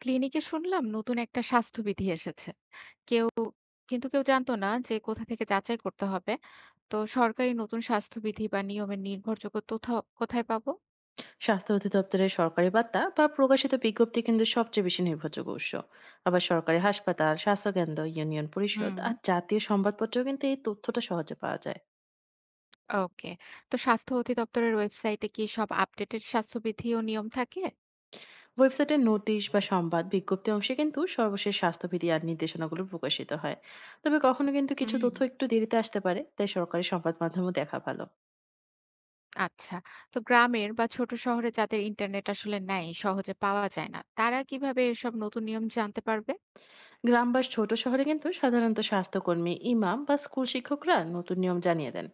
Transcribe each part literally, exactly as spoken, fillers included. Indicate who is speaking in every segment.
Speaker 1: ক্লিনিকে শুনলাম নতুন একটা স্বাস্থ্যবিধি এসেছে কেউ কিন্তু কেউ জানতো না যে কোথা থেকে যাচাই করতে হবে। তো সরকারি নতুন স্বাস্থ্যবিধি বা নিয়মের নির্ভরযোগ্য তথ্য কোথায় পাবো?
Speaker 2: স্বাস্থ্য অধিদপ্তরের সরকারি বার্তা বা প্রকাশিত বিজ্ঞপ্তি কিন্তু সবচেয়ে বেশি নির্ভরযোগ্য উৎস। আবার সরকারি হাসপাতাল, স্বাস্থ্যকেন্দ্র, ইউনিয়ন পরিষদ
Speaker 1: হুম।
Speaker 2: আর জাতীয় সংবাদপত্রেও কিন্তু এই তথ্যটা সহজে পাওয়া যায়।
Speaker 1: ওকে। তো স্বাস্থ্য অধিদপ্তরের ওয়েবসাইটে কি সব আপডেটেড স্বাস্থ্যবিধি ও নিয়ম থাকে?
Speaker 2: ওয়েবসাইটে নোটিশ বা সংবাদ বিজ্ঞপ্তি অংশে কিন্তু সর্বশেষ স্বাস্থ্যবিধি আর নির্দেশনাগুলো প্রকাশিত হয়। তবে কখনো কিন্তু কিছু
Speaker 1: হুম।
Speaker 2: তথ্য একটু দেরিতে আসতে পারে, তাই সরকারি সংবাদ মাধ্যমও দেখা ভালো।
Speaker 1: আচ্ছা। তো গ্রামের বা ছোট শহরে যাদের ইন্টারনেট আসলে নাই, সহজে পাওয়া যায় না, তারা কিভাবে এসব নতুন নিয়ম জানতে পারবে?
Speaker 2: গ্রাম বা ছোট শহরে কিন্তু সাধারণত স্বাস্থ্যকর্মী, ইমাম বা স্কুল শিক্ষকরা নতুন নিয়ম জানিয়ে দেন।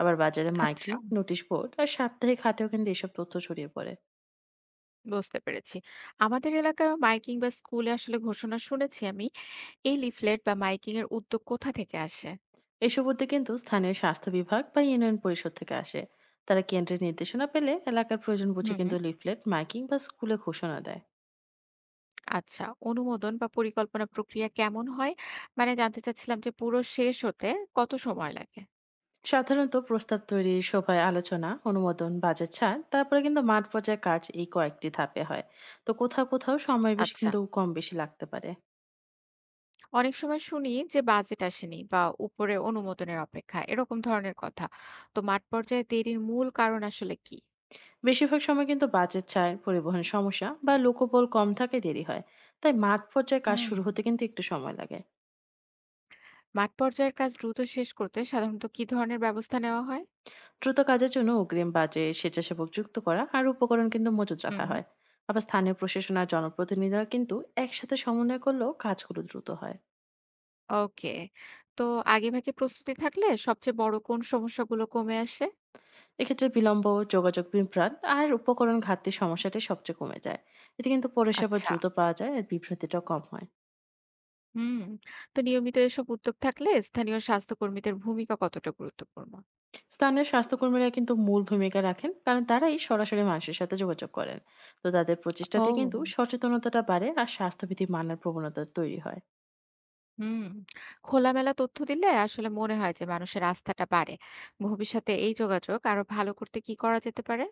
Speaker 2: আবার বাজারে মাইকিং,
Speaker 1: আচ্ছা,
Speaker 2: নোটিশ বোর্ড আর সাপ্তাহিক হাটেও কিন্তু এসব তথ্য ছড়িয়ে পড়ে।
Speaker 1: বুঝতে পেরেছি। আমাদের এলাকায় মাইকিং বা স্কুলে আসলে ঘোষণা শুনেছি আমি। এই লিফলেট বা মাইকিং এর উদ্যোগ কোথা থেকে আসে?
Speaker 2: এসব উদ্যোগ কিন্তু স্থানীয় স্বাস্থ্য বিভাগ বা ইউনিয়ন পরিষদ থেকে আসে। তারা কেন্দ্রের নির্দেশনা পেলে এলাকার প্রয়োজন বুঝে
Speaker 1: হুম।
Speaker 2: কিন্তু লিফলেট, মাইকিং বা স্কুলে ঘোষণা দেয়।
Speaker 1: আচ্ছা, অনুমোদন বা পরিকল্পনা প্রক্রিয়া কেমন হয়? মানে জানতে চাচ্ছিলাম যে পুরো শেষ হতে কত সময় লাগে?
Speaker 2: সাধারণত প্রস্তাব তৈরি, সভায় আলোচনা, অনুমোদন, বাজেট ছাড়, তারপরে কিন্তু মাঠ পর্যায়ে কাজ, এই কয়েকটি ধাপে হয়। তো কোথাও কোথাও সময় বেশ
Speaker 1: আচ্ছা,
Speaker 2: কিন্তু কম বেশি লাগতে পারে।
Speaker 1: অনেক সময় শুনি যে বাজেট আসেনি বা উপরে অনুমোদনের অপেক্ষা, এরকম ধরনের কথা। তো মাঠ পর্যায়ে দেরির মূল কারণ আসলে কি?
Speaker 2: বেশিরভাগ সময় কিন্তু বাজেট ছাড়, পরিবহন সমস্যা বা লোকবল কম থাকায় দেরি হয়। তাই মাঠ পর্যায়ে কাজ শুরু
Speaker 1: হুম।
Speaker 2: হতে কিন্তু একটু সময় লাগে।
Speaker 1: মাঠ পর্যায়ের কাজ দ্রুত শেষ করতে সাধারণত কি ধরনের ব্যবস্থা নেওয়া হয়?
Speaker 2: দ্রুত কাজের জন্য অগ্রিম বাজেট, স্বেচ্ছাসেবক যুক্ত করা আর উপকরণ কিন্তু মজুত রাখা
Speaker 1: হুম।
Speaker 2: হয়। আবার স্থানীয় প্রশাসন আর জনপ্রতিনিধিরা কিন্তু একসাথে সমন্বয় করলেও কাজগুলো দ্রুত হয়।
Speaker 1: ওকে। তো আগেভাগে প্রস্তুতি থাকলে সবচেয়ে বড় কোন সমস্যাগুলো কমে আসে?
Speaker 2: এক্ষেত্রে বিলম্ব, যোগাযোগ বিভ্রাট আর উপকরণ ঘাটতির সমস্যাটি সবচেয়ে কমে যায়। এতে কিন্তু পরিষেবা
Speaker 1: আচ্ছা।
Speaker 2: দ্রুত পাওয়া যায় আর বিভ্রাতিটাও কম হয়।
Speaker 1: হুম। তো নিয়মিত এসব উদ্যোগ থাকলে স্থানীয় স্বাস্থ্যকর্মীদের ভূমিকা কতটা গুরুত্বপূর্ণ?
Speaker 2: স্থানীয় স্বাস্থ্যকর্মীরা কিন্তু মূল ভূমিকা রাখেন, কারণ তারাই সরাসরি মানুষের সাথে যোগাযোগ করেন। তো তাদের প্রচেষ্টাতে
Speaker 1: ও,
Speaker 2: কিন্তু সচেতনতাটা বাড়ে আর স্বাস্থ্যবিধি মানার প্রবণতা তৈরি হয়।
Speaker 1: হুম। খোলামেলা তথ্য দিলে আসলে মনে হয় যে মানুষের আস্থাটা বাড়ে। ভবিষ্যতে এই যোগাযোগ আরো ভালো করতে কি করা যেতে পারে?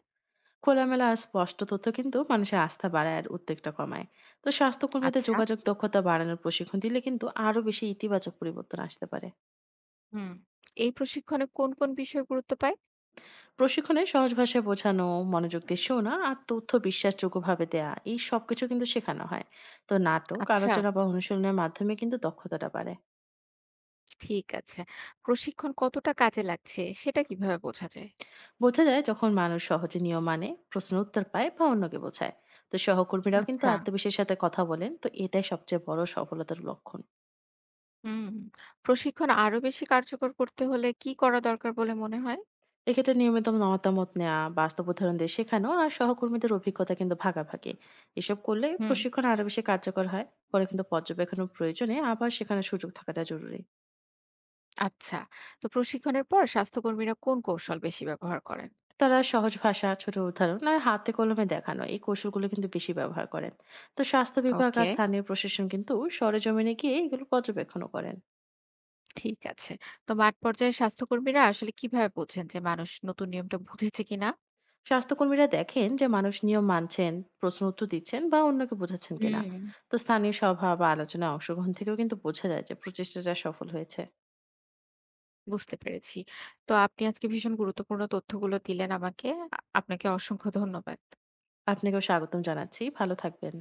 Speaker 2: খোলামেলা আর স্পষ্ট তথ্য কিন্তু মানুষের আস্থা বাড়ায় আর উদ্বেগটা কমায়। তো স্বাস্থ্যকর্মীদের
Speaker 1: আচ্ছা।
Speaker 2: যোগাযোগ দক্ষতা বাড়ানোর প্রশিক্ষণ দিলে কিন্তু আরো বেশি ইতিবাচক পরিবর্তন আসতে পারে।
Speaker 1: হুম। এই প্রশিক্ষণে কোন, কোন বিষয় গুরুত্ব পায়?
Speaker 2: প্রশিক্ষণে সহজ ভাষায় বোঝানো, মনোযোগ দিয়ে শোনা আর তথ্য বিশ্বাসযোগ্যভাবে দেয়া, এই সবকিছু কিন্তু শেখানো হয়। তো নাটক,
Speaker 1: আচ্ছা,
Speaker 2: আলোচনা বা অনুশীলনের মাধ্যমে কিন্তু দক্ষতাটা বাড়ে।
Speaker 1: ঠিক আছে। প্রশিক্ষণ কতটা কাজে লাগছে সেটা কিভাবে বোঝা যায়?
Speaker 2: বোঝা যায় যখন মানুষ সহজে নিয়ম মানে, প্রশ্ন উত্তর পায় বা অন্যকে বোঝায়। তো সহকর্মীরাও কিন্তু
Speaker 1: আচ্ছা।
Speaker 2: আত্মবিশ্বাসের সাথে কথা বলেন, তো এটাই সবচেয়ে বড় সফলতার লক্ষণ।
Speaker 1: হুম। প্রশিক্ষণ আরো বেশি কার্যকর করতে হলে কি করা দরকার বলে মনে হয়?
Speaker 2: এক্ষেত্রে নিয়মিত মতামত নেওয়া, বাস্তব উদাহরণ দিয়ে শেখানো আর সহকর্মীদের অভিজ্ঞতা কিন্তু ভাগাভাগি, এসব করলে
Speaker 1: হুম।
Speaker 2: প্রশিক্ষণ আরো বেশি কার্যকর হয়। পরে কিন্তু পর্যবেক্ষণের প্রয়োজনে আবার শেখানোর সুযোগ থাকাটা জরুরি।
Speaker 1: আচ্ছা। তো প্রশিক্ষণের পর স্বাস্থ্যকর্মীরা কোন কৌশল বেশি ব্যবহার করেন?
Speaker 2: তারা সহজ ভাষা, ছোট উদাহরণ আর হাতে কলমে দেখানো, এই কৌশলগুলো কিন্তু বেশি ব্যবহার করেন। তো স্বাস্থ্য বিভাগ আর
Speaker 1: ওকে,
Speaker 2: স্থানীয় প্রশাসন কিন্তু সরেজমিনে গিয়ে এগুলো পর্যবেক্ষণও করেন।
Speaker 1: ঠিক আছে। তো মাঠ পর্যায়ে স্বাস্থ্যকর্মীরা আসলে কিভাবে বোঝেন যে মানুষ নতুন নিয়মটা বুঝেছে কিনা?
Speaker 2: স্বাস্থ্যকর্মীরা দেখেন যে মানুষ নিয়ম মানছেন, প্রশ্ন উত্তর দিচ্ছেন বা অন্যকে বোঝাচ্ছেন কিনা।
Speaker 1: হুম।
Speaker 2: তো স্থানীয় সভা বা আলোচনায় অংশগ্রহণ থেকেও কিন্তু বোঝা যায় যে প্রচেষ্টাটা সফল হয়েছে।
Speaker 1: বুঝতে পেরেছি। তো আপনি আজকে ভীষণ গুরুত্বপূর্ণ তথ্যগুলো দিলেন আমাকে। আ আপনাকে অসংখ্য ধন্যবাদ।
Speaker 2: আপনাকেও স্বাগতম জানাচ্ছি, ভালো থাকবেন।